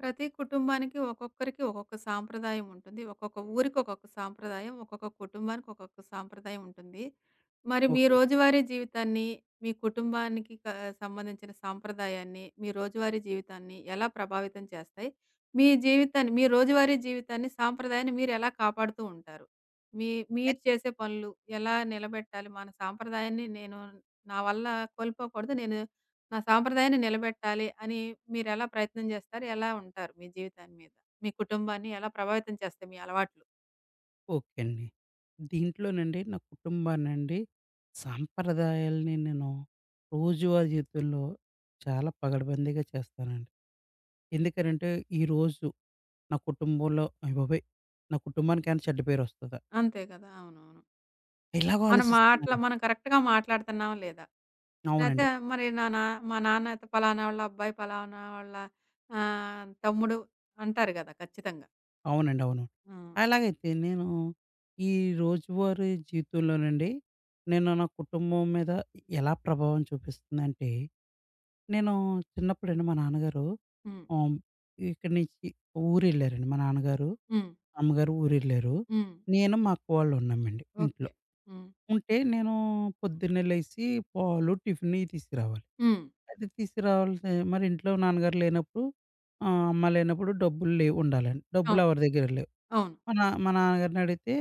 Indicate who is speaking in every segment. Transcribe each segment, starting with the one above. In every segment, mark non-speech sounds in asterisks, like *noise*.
Speaker 1: ప్రతి కుటుంబానికి ఒక్కొక్కరికి ఒక్కొక్క సాంప్రదాయం ఉంటుంది. ఒక్కొక్క ఊరికి ఒక్కొక్క సాంప్రదాయం, ఒక్కొక్క కుటుంబానికి ఒక్కొక్క సాంప్రదాయం ఉంటుంది. మరి మీ
Speaker 2: ఓకే అండి.
Speaker 1: రోజువారీ జీవితాన్ని, మీ కుటుంబానికి సంబంధించిన సాంప్రదాయాన్ని, మీ రోజువారీ జీవితాన్ని ఎలా ప్రభావితం చేస్తాయి? మీ జీవితాన్ని మీ రోజువారీ జీవితాన్ని, సాంప్రదాయాన్ని మీరు ఎలా కాపాడుతూ ఉంటారు? మీ మీరు చేసే పనులు ఎలా నిలబెట్టాలి? మన సాంప్రదాయాన్ని నేను నా వల్ల కోల్పోకూడదు. నేను నా సాంప్రదాయాన్ని నిలబెట్టాలి అని మీరెలా ప్రయత్నం చేస్తారు? ఎలా ఉంటారు మీ జీవితాన్ని మీద? మీ కుటుంబాన్ని ఎలా ప్రభావితం చేస్తాయి మీ అలవాట్లు?
Speaker 2: ఓకే అండి. దీంట్లోనండి నా కుటుంబాన్నండి సాంప్రదాయాల్ని నేను రోజువారీ జీవితంలో చాలా పగడబందీగా చేస్తానండి. ఎందుకనంటే ఈరోజు నా కుటుంబంలో అయ్య బాబోయ్! నా కుటుంబానికేమైనా చెడ్డ పేరొస్తదా?
Speaker 1: అంతే కదా! అవునవును.
Speaker 2: ఇలాగ ఆలోచిస్తున్నాను.
Speaker 1: మనం కరెక్ట్‌గా మాట్లాడుతున్నామా లేదా? లేతే
Speaker 2: అవునండి.
Speaker 1: మరి నా నా మా నాన్న అయితే పలానా వాళ్ళ అబ్బాయి, పలానా వాళ్ళ తమ్ముడు అంటారు గదా! ఖచ్చితంగా.
Speaker 2: అవునండి. అవును.
Speaker 1: ఆ!
Speaker 2: అలాగైతే నేను ఈ రోజువారీ జీవితంలోనండి నేను నా కుటుంబం మీద ఎలా ప్రభావం చూపిస్తుందంటే, నేను చిన్నప్పుడండి మా నాన్నగారు
Speaker 1: హ్మ్.
Speaker 2: ఆహ్, ఇక్కడి నుంచి ఊరెళ్ళారండి మా నాన్నగారు,
Speaker 1: హ్మ్.
Speaker 2: అమ్మగారు ఊరెళ్ళారు.
Speaker 1: హ్మ్.
Speaker 2: నేను, మా అక్కోళ్ళు ఉన్నామండి ఇంట్లో.
Speaker 1: ఓకే. హ్మ్.
Speaker 2: ఉంటే నేను పొద్దున్నే లేసి పాలు, టిఫిన్ ఇయి తీసుకురావాలి.
Speaker 1: హ్మ్.
Speaker 2: అది తీసుకురావాల్సి మరి ఇంట్లో నాన్నగారు లేనప్పుడు అమ్మ లేనప్పుడు డబ్బులు లేవు ఉండాలండి.
Speaker 1: అవు
Speaker 2: డబ్బులు ఎవరి దగ్గర లేవు.
Speaker 1: అవును.
Speaker 2: మా నాన్నగారిని అడిగితే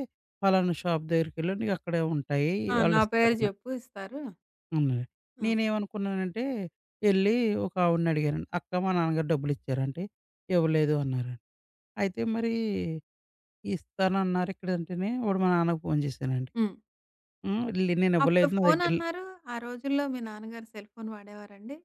Speaker 2: "ఫలానా షాప్ దగ్గరికెళ్ళు నీకు అక్కడే ఉంటాయి
Speaker 1: ఆ! నా పేరు
Speaker 2: ఆళ్ళిస్తారని"
Speaker 1: జెప్పు ఇస్తారు.
Speaker 2: అన్నారు.
Speaker 1: ఆ!
Speaker 2: నేనేమనుకున్నానంటే ఎళ్ళి ఒక ఆవిడని అడిగానండి. "అక్క మా నాన్నగారు డబ్బులిచ్చారా?" అంటే "ఇవ్వలేదు" అన్నారు. అయితే మరీ ఇస్తానన్నారు ఇక్కడంటేనే వాడు మా నాన్నకి ఫోను చేశానండి.
Speaker 1: హ్మ్.
Speaker 2: లే
Speaker 1: అప్పుడు
Speaker 2: నేనివ్వలేదు నా దగ్గర లే
Speaker 1: ఫోనన్నారు. ఆ రోజుల్లో మీ నాన్నగారు సెల్ ఫోన్ వాడేవారండి?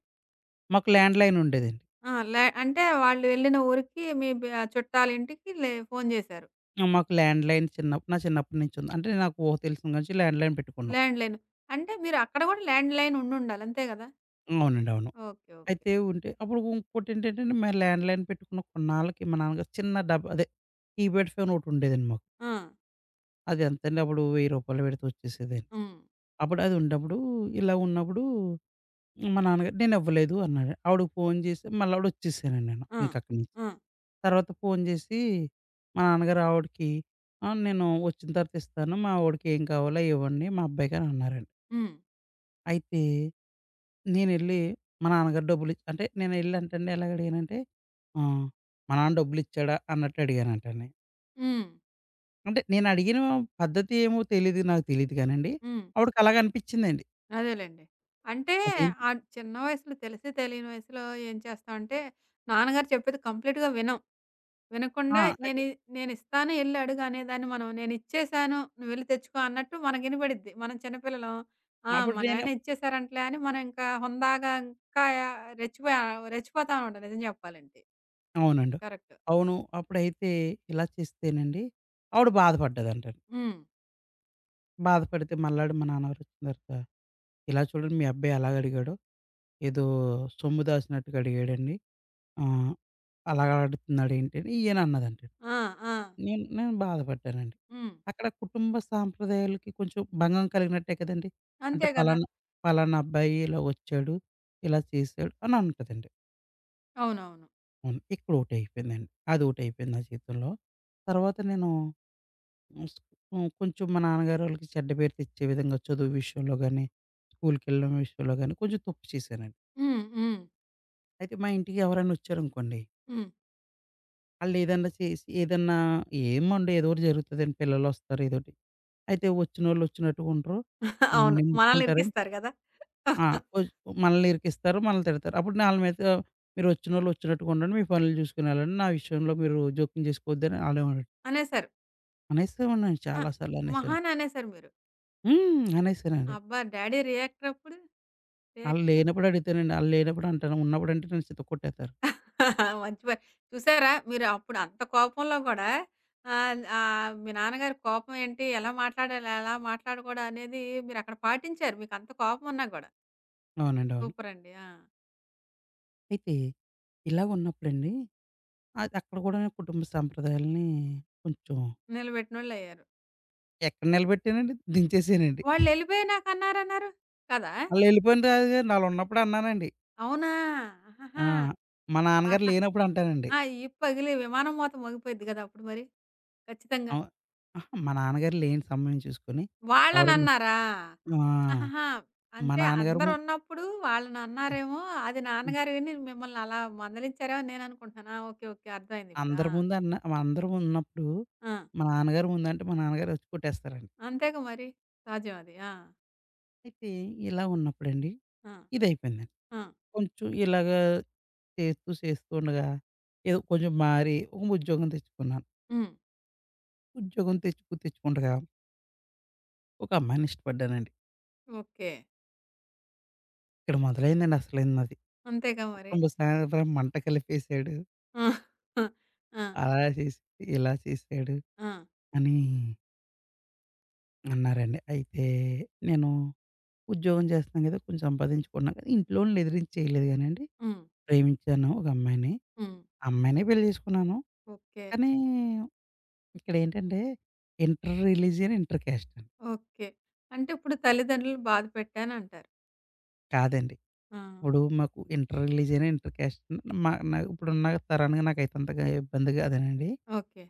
Speaker 2: మాకు ల్యాండ్‌లైన్ ఉండేదండి.
Speaker 1: ఆ! లే అంటే వాళ్ళు వెళ్ళిన ఊరికి మీ బి చుట్టాలింటికి లే ఫోన్ చేశారు.
Speaker 2: మాకు ల్యాండ్‌లైన్ చిన్న నా చిన్నప్పటి నుంచి ఉంది. అంటే నాకు ఊహ తెలిసిన కాడ నుంచి ల్యాండ్‌లైన్ పెట్టుకున్నాం.
Speaker 1: ల్యాండ్‌లైన్. అంటే మీరు అక్కడ కూడా ల్యాండ్‌లైన్ ఉండుండాలి. అంతే కదా!
Speaker 2: అవునండి. అవును.
Speaker 1: ఓకే. ఓకే.
Speaker 2: అయితే ఉంటే అప్పుడు ఇంకోటేంటంటే మేము ల్యాండ్‌లైన్ పెట్టుకున్న కొన్నాళ్ళకి మా నాన్నగారు చిన్న డబ్బా అదే కీప్యాడ్ ఫోన్ ఒకటుండేదండి మాకు.
Speaker 1: ఆ!
Speaker 2: అది ఎంతండి అప్పుడు రూ. 1,000 పెడితే వచ్చేసేదండి.
Speaker 1: హ్మ్.
Speaker 2: అప్పుడు అది ఉన్నప్పుడు ఇలా ఉన్నప్పుడు మా నాన్నగారు నేనివ్వలేదు అన్నాడు. ఆవిడకి ఫోను చేసి మళ్ళీ ఆవిడొచ్చేసానండి నేను
Speaker 1: ఆ!
Speaker 2: ఇంకక్కడి నుంచి.
Speaker 1: ఆ!
Speaker 2: తర్వాత ఫోను చేసి మా నాన్నగారు ఆవిడకి, "ఆ! నేను వచ్చిన తర్వాత ఇస్తాను. మా వోడికి ఏం కావాలో ఇవ్వండి మా అబ్బాయికని" అన్నారండి.
Speaker 1: హ్మ్.
Speaker 2: అయితే నేనెళ్ళి మా నాన్నగారు డబ్బులిచ్చి అంటే నేనెళ్ళి అంటండి ఎలాగ అడిగానంటే, ఆహ్, మా నాన్న డబ్బులిచ్చాడా అన్నట్టు అడిగానంటండి.
Speaker 1: హ్మ్.
Speaker 2: అంటే నేనడిగిన పద్ధతి ఏమో తెలీదు నాకు తెలీదు గానండి.
Speaker 1: హ్మ్.
Speaker 2: ఆవిడకలాగనిపించిందండి.
Speaker 1: అదేలెండి. అంటే
Speaker 2: అదేంటి
Speaker 1: ఆ చిన్న వయసులో తెలిసి తెలియని వయసులో ఏం చేస్తామంటే నాన్నగారు చెప్పేది కంప్లీట్‌గా వినం.
Speaker 2: ఆ!
Speaker 1: వినకుండా
Speaker 2: అది
Speaker 1: నేనిస్తాను ఎళ్లి అడుగు అనేదాన్ని మనం నేనిచ్చేశాను నువ్వెళ్లి తెచ్చుకో అన్నట్టు మనకినబడిద్ది. మనం చిన్నపిల్లలం. ఆ!
Speaker 2: అప్పుడు
Speaker 1: మా
Speaker 2: నేను
Speaker 1: నాయన ఇచ్చేసారంటలే అని మనం ఇంకా హుందాగా ఇంకా రెచ్చిపోయా రెచ్చిపోతామనమాట నిజం చెప్పాలంటే.
Speaker 2: అవునండి.
Speaker 1: కరెక్ట్.
Speaker 2: అవును. అప్పుడైతే ఇలా చేస్తేనండి ఆవిడ బాధపడ్డదంటండి.
Speaker 1: హ్మ్.
Speaker 2: బాధపడితే మళ్ళాడు మా నాన్నగారు వచ్చిన తర్వాత, "ఇలా చూడండి మీ అబ్బాయి ఎలాగ అడిగాడో, ఏదో సొమ్ము దాచినట్టుగా అడిగాడండి. ఆహ్, అలాగ అడుగుతున్నాడేంటి" అని ఈయన అన్నదంటండి.
Speaker 1: ఆ! ఆ!
Speaker 2: నేను నేను బాధపడ్డానండి.
Speaker 1: హ్మ్.
Speaker 2: అక్కడ కుటుంబ సాంప్రదాయాలకి కొంచెం భంగం కలిగినట్టే కదండీ. అంటే
Speaker 1: అంతే గదా!
Speaker 2: పలానా, పలానా అబ్బాయి ఇలా వచ్చాడు, ఇలా చేశాడు అని ఉంటదండి.
Speaker 1: అవునవును.
Speaker 2: అవును. ఇక్కడొకటయిపోయిందండి. అదొకటయిపోయింది నా జీవితంలో. తర్వాత నేను హ్మ్. స్ హ్మ్. కొంచెం మా నాన్నగారోళ్ళకి చెడ్డ పేరు తెచ్చే విధంగా చదువు విషయంలో గాని, స్కూల్‌కెళ్ళడం విషయంలో గాని కొంచెం తప్పు చేశానండి.
Speaker 1: హ్మ్. హ్మ్.
Speaker 2: అయితే మా ఇంటికి ఎవరైనా వచ్చారనుకోండి,
Speaker 1: హ్మ్.
Speaker 2: ఆళ్ళేదన్నా చేసి ఏదన్నా ఏం మనలో ఏదో ఒకటి జరుగుతదండి. పిల్లలొస్తారు ఏదోటి. అయితే వచ్చినోళ్ళు వచ్చినట్టుగా ఉండరు.
Speaker 1: *laughs* అవును. మనల్ని
Speaker 2: నింపుకుంటారు.
Speaker 1: ఇరికిస్తారు గదా!
Speaker 2: ఆ! ఒచ్ మనల్ని ఇరికిస్తారు, మనల్ని తిడతారు. అప్పుడు నేను ఆళ్ళ మీద మీరు వచ్చినోళ్ళు వచ్చినట్టుగా ఉండండి. మీ పనులు చూసుకొని వెళ్ళండి. నా విషయంలో మీరు జోక్యం చేసుకోవద్దని ఆళ్ళేమో
Speaker 1: అనేశారు.
Speaker 2: అనేసేవాడినండి
Speaker 1: *laughs* ఆ!
Speaker 2: చాలా సార్లు అనేసాను.
Speaker 1: మహాన అనేశారు మీరు.
Speaker 2: అనేసానండి.
Speaker 1: అబ్బా! డ్యాడీ రియాక్టప్పుడు
Speaker 2: ఆళ్ళు
Speaker 1: రియాక్షన్?
Speaker 2: లేనప్పుడు అడుగుతానండి. ఆళ్ళు లేనప్పుడు అంటాను. ఉన్నప్పుడంటే నన్ను చితక్కొట్టేత్తారు.
Speaker 1: మంచి పని. చూసారా మీరు అప్పుడు అంత కోపంలో గూడా ఆహ్, ఆహ్, మీ నాన్నగారి కోపం ఏంటి? ఎలా మాట్లాడాలి? ఎలా మాట్లాడకూడదు అనేది మీరక్కడ పాటించారు. మీకంత కోపం ఉన్నా గూడా.
Speaker 2: అవునండి. అవును.
Speaker 1: సూపరండి. ఆ!
Speaker 2: అయితే ఇలాగున్నప్పుడండి అది అక్కడ కూడా నేను కుటుంబ సంప్రదాయాల్ని కొంచెం
Speaker 1: నిలబెట్టినోళ్ళయ్యారు.
Speaker 2: ఎక్కడ నిలబెట్టానండి, దించేసానండి.
Speaker 1: వాళ్ళెళ్ళిపోయి నాకన్నారన్నారు కదా!
Speaker 2: ఆళ్ళెళ్ళిపోయిన రాజుగారు ఆళ్ళున్నప్పుడు అన్నానండి.
Speaker 1: అవునా?
Speaker 2: ఆ!
Speaker 1: ఆహాహా!
Speaker 2: మా నాన్నగారు
Speaker 1: ఆహా!
Speaker 2: లేనప్పుడు అంటానండి.
Speaker 1: ఆ! పగిలి విమానం మోత మోగిపోయిద్ది గదా! అప్పుడు మరి ఖచ్చితంగా.
Speaker 2: అవు అహా! మా నాన్నగారు లేని సమయం చూసుకొని ఎవరు ము
Speaker 1: వాళ్ళనన్నారా?
Speaker 2: ఆ!
Speaker 1: ఆహాహా!
Speaker 2: మా
Speaker 1: అంటే
Speaker 2: నాన్నగారు ము
Speaker 1: అందరున్నప్పుడు వాళ్ళనన్నారేమో, అది
Speaker 2: హ్మ్.
Speaker 1: నాన్నగారు విని మిమ్మల్ని అలా మందలించారేమో అని నేననుకుంటున్నాను. ఆ! ఓకే. ఓకే. అర్థమైంది ఇప్పుడు. ఆ!
Speaker 2: అందరి ముందు అన్న అందరూ ఉన్నప్పుడు
Speaker 1: ఆ!
Speaker 2: మా నాన్నగారు ముందంటే మా నాన్నగారు వచ్చి కొట్టేస్తారండి.
Speaker 1: అంతేగా మరి. సహజం అది. ఆ!
Speaker 2: అయితే ఇలా ఉన్నప్పుడండి
Speaker 1: ఆ!
Speaker 2: ఇదయిపోయిందండి.
Speaker 1: ఆ!
Speaker 2: కొంచెం ఇలాగా చేస్తూ ఉండగా ఏదో కొంచెం మారి ఒక ఉద్యోగం తెచ్చుకున్నాను.
Speaker 1: హ్మ్.
Speaker 2: ఉద్యోగం తెచ్చుకు తెచ్చుకుండగా ఒక అమ్మాయిని ఇష్టపడ్డానండి.
Speaker 1: ఓకే.
Speaker 2: ఇక్కడ మొదలైందండి అసలైంది నాది.
Speaker 1: అంతేగా మరి.
Speaker 2: కుటుంబ సాగరం మంట కలిపేసాడు.
Speaker 1: ఆ! ఆ!
Speaker 2: అలా చేసి, ఇలా చేసాడు
Speaker 1: ఆ!
Speaker 2: అని అన్నారండి. అయితే నేను ఉద్యోగం చేస్తున్నాను కదా! కొంచెం సంపాదించుకున్నాను కానీ ఇంట్లోల్ని ఎదిరించి చేయలేదు గానండి.
Speaker 1: హ్మ్.
Speaker 2: ప్రేమించాను ఒక అమ్మాయిని.
Speaker 1: హ్మ్.
Speaker 2: ఆ అమ్మాయినే పెళ్లి చేసుకున్నాను.
Speaker 1: ఓకే.
Speaker 2: కానీ ఇక్కడేంటంటే ఇంటర్ రిలీజియన్, ఇంటర్ క్యాస్ట్ అండి.
Speaker 1: ఓకే. అంటే ఇప్పుడు తల్లిదండ్రులు బాధ పెట్టానంటారు.
Speaker 2: కాదండి.
Speaker 1: ఆ!
Speaker 2: ఇప్పుడు మాకు ఇంటర్ రిలీజియన్, ఇంటర్ క్యాస్ట్ మా నా ఇప్పుడున్న తరానికి నాకైతే అంతగా ఇబ్బందిగా అదేనండి.
Speaker 1: ఓకే.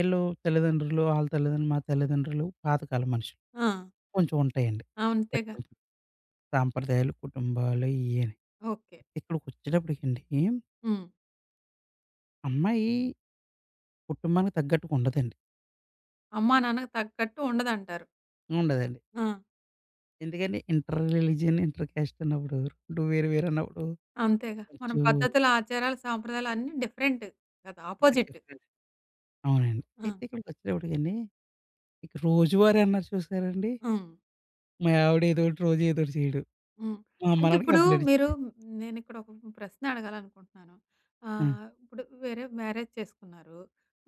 Speaker 2: ఈళ్ళు తల్లిదండ్రులు, ఆళ్ళ తల్లిదండ్రులు, మా తల్లిదండ్రులు పాతకాలం మనుషులు.
Speaker 1: ఆ!
Speaker 2: కొంచెం ఉంటాయండి.
Speaker 1: ఆ, అంతేగా.
Speaker 2: పట్టింపు, సాంప్రదాయాలు, కుటుంబాలు ఇయ్యని.
Speaker 1: ఓకే.
Speaker 2: ఇక్కడికొచ్చేటప్పటికండి
Speaker 1: హ్మ్.
Speaker 2: అమ్మాయి కుటుంబానికి తగ్గట్టుగా ఉండదండి.
Speaker 1: అమ్మా, నాన్నకి తగ్గట్టు ఉండదంటారు.
Speaker 2: ఉండదండి.
Speaker 1: ఆ!
Speaker 2: ఎందుకని ఇంటర్ రిలీజియన్, ఇంటర్ క్యాస్ట్ అన్నప్పుడు 2 వేరు వేరు అన్నప్పుడు
Speaker 1: అంతేగా. మన
Speaker 2: కొంచెం
Speaker 1: పద్ధతులు, ఆచారాలు, సాంప్రదాయాలు అన్నీ డిఫరెంట్ కదా! అపోజిట్.
Speaker 2: different. అవునండి.
Speaker 1: ఆ!
Speaker 2: అయితే ఇక్కడికొచ్చేటప్పటికండి ఇక రోజువారీ అన్నారు చూసారండి?
Speaker 1: హ్మ్.
Speaker 2: మా ఆవిడ ఏదో ఒకటి రోజు ఏదో ఒకటి చేయడు.
Speaker 1: హ్మ్.
Speaker 2: మా అమ్మ
Speaker 1: అంటే
Speaker 2: నాన్నకి
Speaker 1: ఇప్పుడు
Speaker 2: కంప్లెయింట్
Speaker 1: మీరు
Speaker 2: ఇచ్చి
Speaker 1: నేనిక్కడ ఒక ప్రశ్న అడగాలనుకుంటున్నాను.
Speaker 2: ఆ!
Speaker 1: ఇప్పుడు వేరే మ్యారేజ్ చేసుకున్నారు.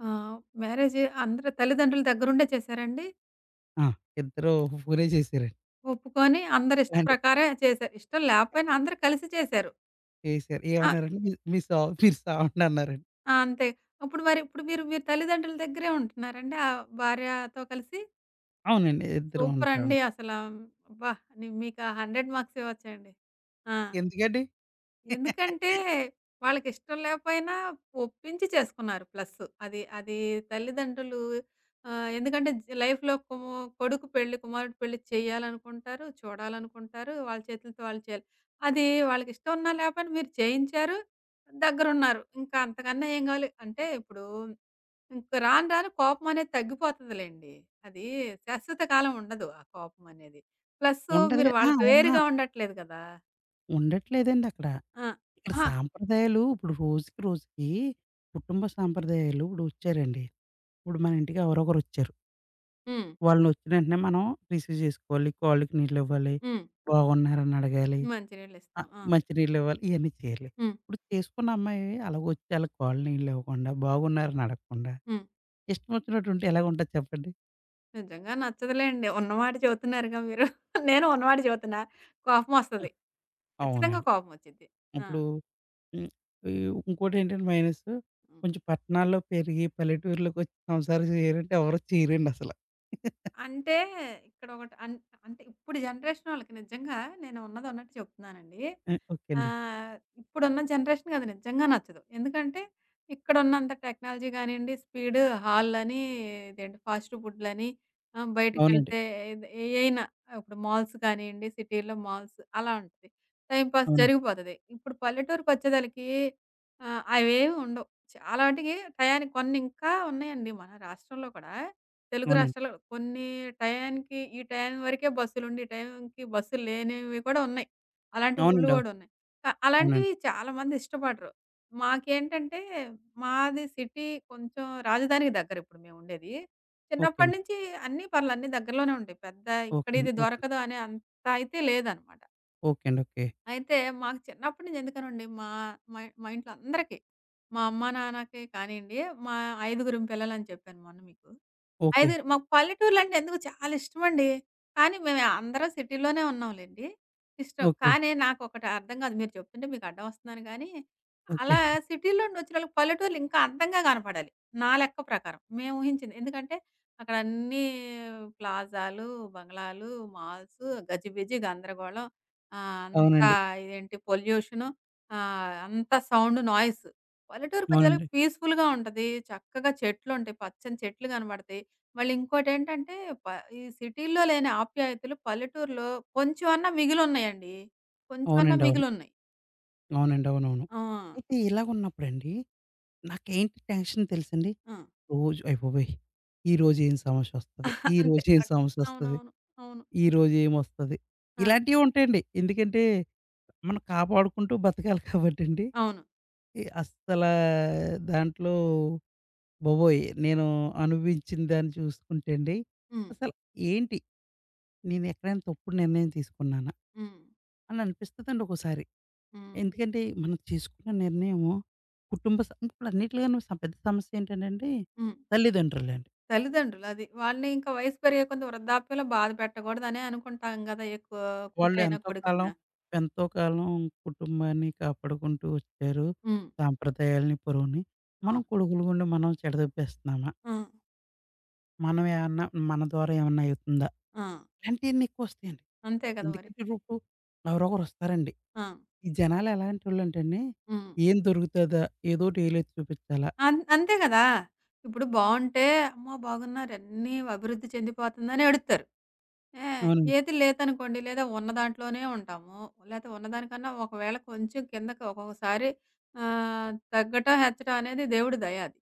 Speaker 1: ఆహ్, మ్యారేజ్ అందరు తల్లిదండ్రుల దగ్గరుండే చేసారండి?
Speaker 2: ఆ! ఇద్దరు ఫోనే చేసారండి.
Speaker 1: ఒప్పుకొని అందరి ఇష్టం
Speaker 2: అంటే
Speaker 1: ప్రకారమే చేసారు. ఇష్టం లేకపోయినా అందరూ కలిసి చేసారు.
Speaker 2: చేసారు.
Speaker 1: ఆ!
Speaker 2: ఏమన్నారంటే "మీ మీ సావ మీరు సావండి" అన్నారండి.
Speaker 1: అంతే. ఇప్పుడు మరి ఇప్పుడు మీరు మీ తల్లిదండ్రుల దగ్గరే ఉంటున్నారండి? ఆ భార్యతో కలిసి?
Speaker 2: అవునండి. ఇద్దరం ఉంటాం.
Speaker 1: సూపరండి. అసలా అబ్బా! ని మీకా 100 మార్క్స్ ఇవ్వచ్చండి. ఆ!
Speaker 2: ఎందుకండి?
Speaker 1: ఎందుకంటే వాళ్ళకిష్టం లేకపోయినా ఒప్పించి చేసుకున్నారు ప్లస్సు. అది అది తల్లిదండ్రులు ఎందుకంటే లైఫ్‌లో కొడుకు పెళ్లి, కుమారుడు పెళ్లి చేయాలనుకుంటారు, చూడాలనుకుంటారు. వాళ్ళ చేతులతో వాళ్ళు చేయాలి. అది వాళ్ళకిష్టం ఉన్నా లేకపోయినా మీరు చేయించారు, దగ్గరున్నారు. ఇంకా అంతకన్నా ఏం కావాలి. అంటే ఇప్పుడు ఇంక రాను రాను కోపమనేది తగ్గిపోతదిలెండి. అది శాశ్వత కాలం ఉండదు ఆ కోపమనేది. ప్లస్సు మీరు
Speaker 2: ఉండదుగా ఆ!
Speaker 1: వాళ్ళకి
Speaker 2: ఉన్నా
Speaker 1: వేరుగా ఉండట్లేదు గదా!
Speaker 2: ఉండట్లేదండి అక్కడ.
Speaker 1: ఆ!
Speaker 2: ఇక్కడ
Speaker 1: అహా!
Speaker 2: సాంప్రదాయాలు ఇప్పుడు రోజుకి రోజుకి కుటుంబ సాంప్రదాయాలు ఇప్పుడు వచ్చారండి. ఇప్పుడు మన ఇంటికి ఎవరో ఒకరొచ్చారు.
Speaker 1: హ్మ్.
Speaker 2: వాళ్ళనొచ్చిన వెంటనే మనం రిసీవ్ చేసుకోవాలి. కాళ్ళకి నీళ్ళివ్వాలి.
Speaker 1: హ్మ్.
Speaker 2: బాగున్నారని అడగాలి. ఆ!
Speaker 1: మంచినీళ్ళిస్తాం. ఆ!
Speaker 2: మంచినీళ్ళివ్వాలి, ఇయన్నీ చేయాలి.
Speaker 1: హ్మ్.
Speaker 2: ఇప్పుడు చేసుకున్న అమ్మాయి అలాగొచ్చి ఆళ్ళ కాళ్ళు నీళ్ళివ్వకుండా, బాగున్నారని అడగకుండా,
Speaker 1: హ్మ్.
Speaker 2: ఇష్టం వచ్చినట్టు ఉంటే ఎలాగుంటది చెప్పండి?
Speaker 1: నిజంగా నచ్చదులేండి. ఉన్నమాట చెబుతున్నారుగా మీరు. *laughs* నేను ఉన్నమాట చెబుతున్నా.
Speaker 2: ఆ!
Speaker 1: కోపమొస్తది. ఖచ్చితంగా
Speaker 2: అవునండి.
Speaker 1: కోపమొచ్చిద్ది. ఆ!
Speaker 2: ఇప్పుడు హ్మ్, ఈ ఇంకోటేంటంటే మైనస్సు, కొంచెం పట్టణాల్లో పెరిగి పల్లెటూరులోకొచ్చి సంసారం చేయాలంటే ఎవరు చేయరండసల.
Speaker 1: అంటే ఇక్కడొకటి అన్ అంటే ఇప్పుడు జనరేషన్ వాళ్ళకి నిజంగా నేను ఉన్నదున్నట్టు చెప్తున్నానండి.
Speaker 2: ఆ! ఓకే అండి.
Speaker 1: ఆహ్, ఇప్పుడున్న జనరేషన్‌కి అది నిజంగా నచ్చదు. ఎందుకంటే ఇక్కడున్నంత టెక్నాలజీ గానియండి, స్పీడ్ హాల్‌లని, ఇదేంటి ఫాస్ట్ ఫుడ్‌లని,
Speaker 2: అవునండి.
Speaker 1: బయటికెళ్తే ఏది ఏయైనా ఇప్పుడు మాల్స్ కానియండి, సిటీలో మాల్స్ అలా ఉంటది. టైమ్ పాస్
Speaker 2: అవునండి.
Speaker 1: జరిగిపోతది. ఇప్పుడు పల్లెటూరుకొచ్చేదలికి అవేవి ఉండవు. చాలా మటికి టయానికి కొన్ని ఇంకా ఉన్నాయండి మన రాష్ట్రంలో కూడా. తెలుగు
Speaker 2: అవునండి.
Speaker 1: రాష్ట్రాల్లో కొన్ని టయానికి ఈ టైం వరకే బస్సులుండి, ఈ టైంకి బస్సులు లేనివి కూడా ఉన్నాయి. అలాంటి ఊళ్ళు
Speaker 2: అవునండి. అవును.
Speaker 1: గూడా ఉన్నాయి.
Speaker 2: అవునండి.
Speaker 1: అలాంటివి చాలా మంది ఇష్టపడరు. మాకేంటంటే మాది సిటీ కొంచెం రాజధానికి దగ్గర ఇప్పుడు మేముండేది.
Speaker 2: ఓకే
Speaker 1: చిన్నప్పటి
Speaker 2: అండి.
Speaker 1: నుంచి అన్నీ పర్లే అన్నీ దగ్గరలోనే ఉంటాయి. పెద్ద
Speaker 2: ఓకే
Speaker 1: ఇక్కడ
Speaker 2: అండి.
Speaker 1: ఇది
Speaker 2: ఓకే అండి.
Speaker 1: దొరకదు అనే అంత అయితే లేదనమాట.
Speaker 2: ఓకే అండి. ఓకే.
Speaker 1: అయితే మాకు చిన్నప్పటి నుంచి ఎందుకనండి మా మా మా ఇంట్లో అందరికీ, మా అమ్మ, నాన్నకి కానియండి, మా ఐదుగురం పిల్లలని చెప్పాను మొన్న మీకు.
Speaker 2: ఓకే.
Speaker 1: ఐదుగురు మాకు పల్లెటూర్లంటే ఎందుకో చాలా ఇష్టమండి. కానీ మేము అందరం సిటీలోనే ఉన్నాంలెండి. ఇష్టం.
Speaker 2: ఓకే.
Speaker 1: కానీ నాకొకటి అర్థం కాదు. మీరు చెప్తుంటే మీకు అడ్డం వస్తున్నాను గానీ, అలా
Speaker 2: ఓకే.
Speaker 1: సిటీలో నుండొచ్చినోళ్ళకి పల్లెటూర్లు ఇంకా అందంగా కనపడాలి. నా లెక్క ప్రకారం. మేము ఊహించింది. ఎందుకంటే అక్కడన్నీ ప్లాజాలు, బంగ్లాలు, మాల్స్ గజిబిజి గందరగోళం. అంతా
Speaker 2: అవునండి.
Speaker 1: ఇదేంటి పొల్యూషను. అంతా సౌండ్ నాయిస్.
Speaker 2: అవునండి.
Speaker 1: పల్లెటూరుకొచ్చేసరికి పీస్‌ఫుల్‌గా ఉంటది. చక్కగా చెట్లుంటాయి. పచ్చని చెట్లు కనపడతాయి. మళ్ళింకోటేంటంటే, ప ఈ సిటీ‌లో లేని ఆప్యాయతలు పల్లెటూరులో కొంచెమన్నా మిగిలున్నాయండి. కొంచెమన్నా
Speaker 2: అవునండి. అవును.
Speaker 1: మిగిలున్నాయి.
Speaker 2: అవునండి. అవునవును.
Speaker 1: ఆ!
Speaker 2: అయితే ఇలాగున్నప్పుడండి నాకేంటి టెన్షన్ తెలుసండి?
Speaker 1: ఆ!
Speaker 2: రోజు అయ్య బాబోయ్! ఈరోజు ఏం సమస్యొస్తది?
Speaker 1: *laughs* అంతే
Speaker 2: ఈరోజు ఏం
Speaker 1: కరెక్ట్.
Speaker 2: సమస్యొస్తది?
Speaker 1: అవునవును. అవును.
Speaker 2: ఈరోజు ఏమొస్తది?
Speaker 1: ఆ!
Speaker 2: ఇలాంటివి ఉంటాయండి. ఎందుకంటే మనం కాపాడుకుంటూ బతకాలి కాబట్టండి.
Speaker 1: అవును.
Speaker 2: ఈ అస్సలా దాంట్లో బాబోయ్! నేను అనుభవించిన దాన్ని చూసుకుంటే అండి
Speaker 1: హ్మ్.
Speaker 2: అసలు ఏంటి? నేను ఎక్కడైనా తప్పుడు నిర్ణయం తీసుకున్నానా?
Speaker 1: హ్మ్.
Speaker 2: అని అనిపిస్తదండి ఒక్కోసారి.
Speaker 1: హ్మ్.
Speaker 2: ఎందుకంటే, మనం చేసుకున్న నిర్ణయము కుటుంబ స ఇప్పుడన్నిట్లోనూ స పెద్ద సమస్య ఏంటంటేండి,
Speaker 1: హ్మ్.
Speaker 2: తల్లిదండ్రులండి.
Speaker 1: తల్లిదండ్రులు అది. వాళ్ళని ఇంకా వయసు పెరిగే కొంత వృద్ధాప్యంలో బాధ పెట్టకూడదనే అనుకుంటాం గదా! ఏ కూ
Speaker 2: వాళ్ళు
Speaker 1: కూతురైనా,
Speaker 2: ఎంతో కాలం
Speaker 1: కొడుకైనా.
Speaker 2: ఎంతో కాలం కుటుంబాన్ని కాపాడుకుంటూ వచ్చారు.
Speaker 1: హ్మ్.
Speaker 2: సాంప్రదాయాల్ని, పొరువుని. మనం
Speaker 1: అవును.
Speaker 2: కొడుకులు గుండి మనం చెడదొబ్బేస్తున్నామా?
Speaker 1: ఆ!
Speaker 2: మనం ఏమన్నా మన ద్వారా ఏమన్నా అవుతుందా?
Speaker 1: ఆ!
Speaker 2: ఇలాంటియన్నీ ఎక్కువొస్తాయండి.
Speaker 1: అంతే కదా మరి.
Speaker 2: ఎందుకంటే, ఇప్పుడు ఎవరోకరొస్తారండి.
Speaker 1: ఆ!
Speaker 2: ఈ జనాలు ఎలాంటోళ్ళంటేండి,
Speaker 1: హ్మ్.
Speaker 2: ఏం దొరుకుతదా? ఏదోటి ఏలెత్తి చూపిచ్చాలా
Speaker 1: అంతే గదా! ఇప్పుడు బావుంటే, అమ్మో! బాగున్నారు అన్నీ అభివృద్ధి చెందిపోతుందని ఎడుత్తారు. ఏ
Speaker 2: అవునండి.
Speaker 1: ఏది లేదనుకోండి, లేదా ఉన్న దాంట్లోనే ఉంటాము. లేతే ఉన్నదానికన్నా ఒకవేళ కొంచెం కిందకి ఒక్కొక్కసారి ఆహ్, తగ్గటం, హెచ్చటం అనేది దేవుడి దయ అది.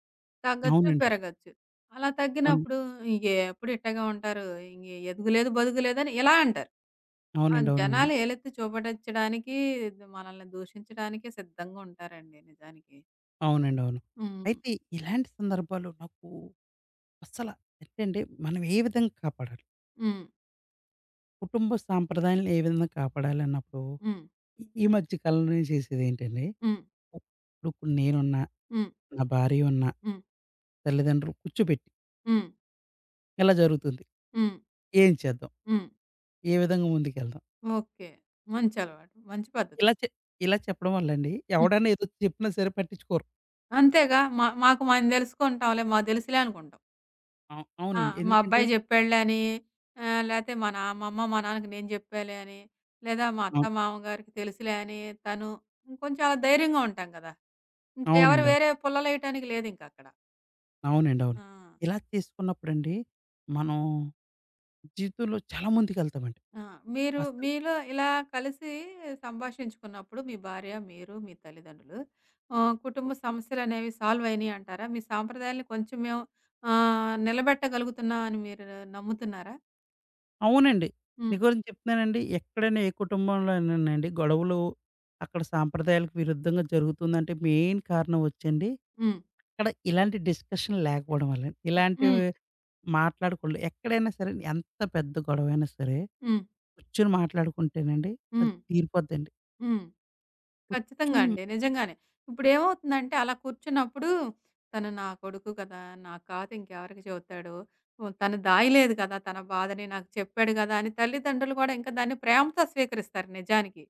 Speaker 1: తగ్గొచ్చు,
Speaker 2: అవునండి.
Speaker 1: పెరగొచ్చు. అలా
Speaker 2: అవును.
Speaker 1: తగ్గినప్పుడు ఇంకే ఎప్పుడు ఇట్టగే ఉంటారు, ఇంగ ఎదుగులేదు, బతుకులేదని ఇలా అంటారు. ఆ!
Speaker 2: అవునండి. అవునవును.
Speaker 1: జనాలు ఏలెత్తి చూపటిచ్చడానికి, మనల్ని దూషించడానికి సిద్ధంగా ఉంటారండి నిజానికి.
Speaker 2: అవునండి. అవును.
Speaker 1: హ్మ్.
Speaker 2: అయితే ఇలాంటి సందర్భాల్లో నాకు అస్సల ఏంటంటే మనం ఏ విధంగా కాపాడాలి?
Speaker 1: హ్మ్.
Speaker 2: కుటుంబ సాంప్రదాయాలను ఏ విధంగా కాపాడాలన్నప్పుడు
Speaker 1: హ్మ్.
Speaker 2: ఈ ఈ మధ్య కాలంలో నేను చేసేదేంటండి,
Speaker 1: హ్మ్.
Speaker 2: ఇప్పుడు నేనున్నా,
Speaker 1: హ్మ్.
Speaker 2: నా భార్య ఉన్న,
Speaker 1: హ్మ్.
Speaker 2: తల్లిదండ్రులు కూర్చోబెట్టి
Speaker 1: హ్మ్.
Speaker 2: ఇలా జరుగుతుంది.
Speaker 1: హ్మ్.
Speaker 2: ఏం చేద్దాం?
Speaker 1: హ్మ్.
Speaker 2: ఏ విధంగా ముందుకెళ్దాం?
Speaker 1: ఓకే. మంచి అలవాటు. మంచి పద్ధతి.
Speaker 2: ఇలా చె ఇలా చెప్పడం వల్లండి
Speaker 1: హ్మ్.
Speaker 2: ఎవడన్నా ఏదో చెప్పినా సరే పట్టించుకోరు.
Speaker 1: అంతేగా మా మాకు మనం తెలుసుకుంటాంలే, మాకు తెలుసులే అనుకుంటాం. ఆ!
Speaker 2: అవునండి.
Speaker 1: మా
Speaker 2: ఎందుకంటే
Speaker 1: అబ్బాయి చెప్పాడులే అని లేతే మా అమ్మ, మా నాన్నకి నేను చెప్పాలే అని, లేదా మా అత్త,
Speaker 2: అవును.
Speaker 1: మామగారికి తెలుసులే అని తను ఇంకొంచెం అలా ధైర్యంగా ఉంటాం కదా! ఇంకెవరు
Speaker 2: అవునండి. అవును.
Speaker 1: వేరే పుల్లలేయటానికి లేదింకక్కడ.
Speaker 2: అవునండి. అవును.
Speaker 1: ఆ!
Speaker 2: ఇలా చేసుకున్నప్పుడండి మనం జీవితంలో చాలా ముందుకెళ్తామండి.
Speaker 1: ఆ! మీరు
Speaker 2: అసలు
Speaker 1: మీలో ఇలా కలిసి సంభాషించుకున్నప్పుడు మీ భార్య, మీరు, మీ తల్లిదండ్రులు కుటుంబ సమస్యలనేవి సాల్వ్ అయినాయి అంటారా? మీ సాంప్రదాయాల్ని కొంచెం మేము నిలబెట్టగలుగుతున్నాం అని మీరు నమ్ముతున్నారా?
Speaker 2: అవునండి.
Speaker 1: హ్మ్.
Speaker 2: నిజం చెప్తున్నానండి. ఎక్కడైనా ఏ కుటుంబంలోనేనండి గొడవలు అక్కడ సాంప్రదాయాలకు విరుద్ధంగా జరుగుతుందంటే మెయిన్ కారణం వచ్చండి,
Speaker 1: హ్మ్.
Speaker 2: ఇక్కడ ఇలాంటి డిస్కషన్ లేకపోవడం వల్లండి.
Speaker 1: హ్మ్.
Speaker 2: ఇలాంటివి మాట్లాడకూడదు. ఎక్కడైనా సరే ఎంత పెద్ద గొడవైనా సరే
Speaker 1: హ్మ్.
Speaker 2: కూర్చొని మాట్లాడుకుంటేనండి అది
Speaker 1: హ్మ్.
Speaker 2: తీరిపోద్దండి.
Speaker 1: హ్మ్. ఖచ్చితంగా
Speaker 2: కూర్చొని
Speaker 1: అండి. నిజంగానే. ఇప్పుడేమవుతుందంటే అలా కూర్చున్నప్పుడు తను నా కొడుకు కదా! నా కాతే ఇంకెవరికి చెబుతాడు? హ్మ్. తను దాయలేదు కదా! తన బాధని నాకు చెప్పాడు కదా! అని తల్లిదండ్రులు కూడా ఇంకా దాన్ని ప్రేమతో స్వీకరిస్తారు నిజానికి.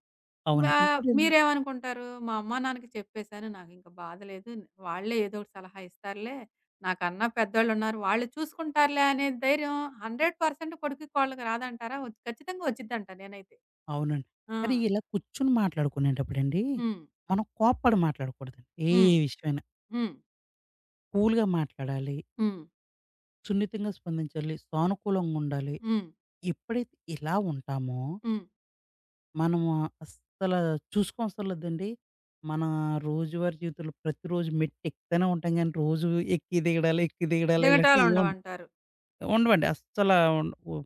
Speaker 2: అవునండి.
Speaker 1: మా
Speaker 2: ఇంకోటండి
Speaker 1: మీరేమనుకుంటారు? మా అమ్మా, నాన్నకి చెప్పేసాను. నాకింక బాధ లేదు. వాళ్ళే ఏదో ఒకటి సలహా ఇస్తారులే. నాకన్నా పెద్దోళ్ళున్నారు. వాళ్ళు చూసుకుంటారులే అనే ధైర్యం 100% కొడుకు, కోడలికి రాదంటారా? ఖచ్చితంగా వచ్చిద్దంట నేనైతే.
Speaker 2: అవునండి.
Speaker 1: ఆ!
Speaker 2: కానీ ఇలా కూర్చొని మాట్లాడుకునేటప్పుడండి,
Speaker 1: హ్మ్.
Speaker 2: మనం కోప్పడి మాట్లాడకూడదండి. ఏ
Speaker 1: హ్మ్.
Speaker 2: విషయమైనా
Speaker 1: హ్మ్.
Speaker 2: కూల్‌గా మాట్లాడాలి.
Speaker 1: హ్మ్.
Speaker 2: సున్నితంగా స్పందించాలి. సానుకూలంగుండాలి.
Speaker 1: హ్మ్.
Speaker 2: ఎప్పుడైతే ఇలా ఉంటామో,
Speaker 1: హ్మ్.
Speaker 2: మనము అస్సల చూసుకోవసర్లేదండి. మన రోజువారీ జీవితంలో ప్రతిరోజు మెట్టెక్కుతానే ఉంటాం గానీ, రోజు ఎక్కి దిగడాలు ఇలాంటివి ఏం
Speaker 1: దిగటాలుండవంటారు.
Speaker 2: ఉండవండి. అస్సల ఉండవు.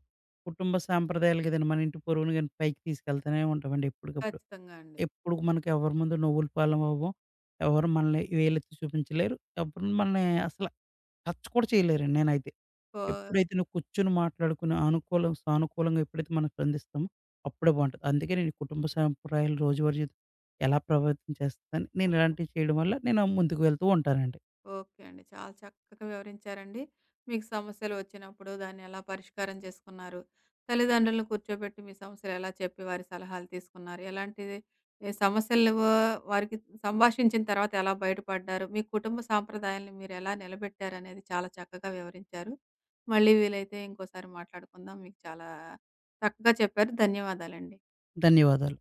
Speaker 2: కుటుంబ సాంప్రదాయాలు కదండీ! మన ఇంటి పొరుగును గాని పైకి తీసుకెళ్తూనే ఉంటామండి ఎప్పటికప్పుడు.
Speaker 1: ఖచ్చితంగా అండి.
Speaker 2: ఎప్పుడు మనకి ఎవరి ముందు నువ్వుల పాలవ్వం. ఎవరు మనల్ని వేలెత్తి చూపించలేరు. ఎవరు మనల్ని అసల టచ్ కూడా చేయలేరండి నేనైతే.
Speaker 1: పో
Speaker 2: ఎప్పుడైతే నువ్వు కూర్చొని మాట్లాడుకుని అనుకూలం సానుకూలంగా ఎప్పుడైతే మనం స్పందిస్తామో అప్పుడే బావుంటది. అందుకే నేను ఈ కుటుంబ సాంప్రదాయాలు రోజువారీ జీవితం ఎలా ప్రభావితం చేస్తుందని నేను ఇలాంటివి చేయడం వల్ల నేను ముందుకు వెళ్తూ ఉంటానండి.
Speaker 1: ఓకే అండి. చాలా చక్కగా వివరించారండి. మీకు సమస్యలు వచ్చినప్పుడు దాన్ని ఎలా పరిష్కారం చేసుకున్నారు? తల్లిదండ్రులను కూర్చోబెట్టి మీ సమస్యలు ఎలా చెప్పి వారి సలహాలు తీసుకున్నారు? ఎలాంటిది ఏ సమస్యలు వారికి సంభాషించిన తర్వాత ఎలా బయటపడ్డారు? మీ కుటుంబ సాంప్రదాయాల్ని మీరెలా నిలబెట్టారనేది చాలా చక్కగా వివరించారు. మళ్ళీ వీలైతే ఇంకోసారి మాట్లాడుకుందాం. మీకు చాలా చక్కగా చెప్పారు. ధన్యవాదాలండి.
Speaker 2: ధన్యవాదాలు.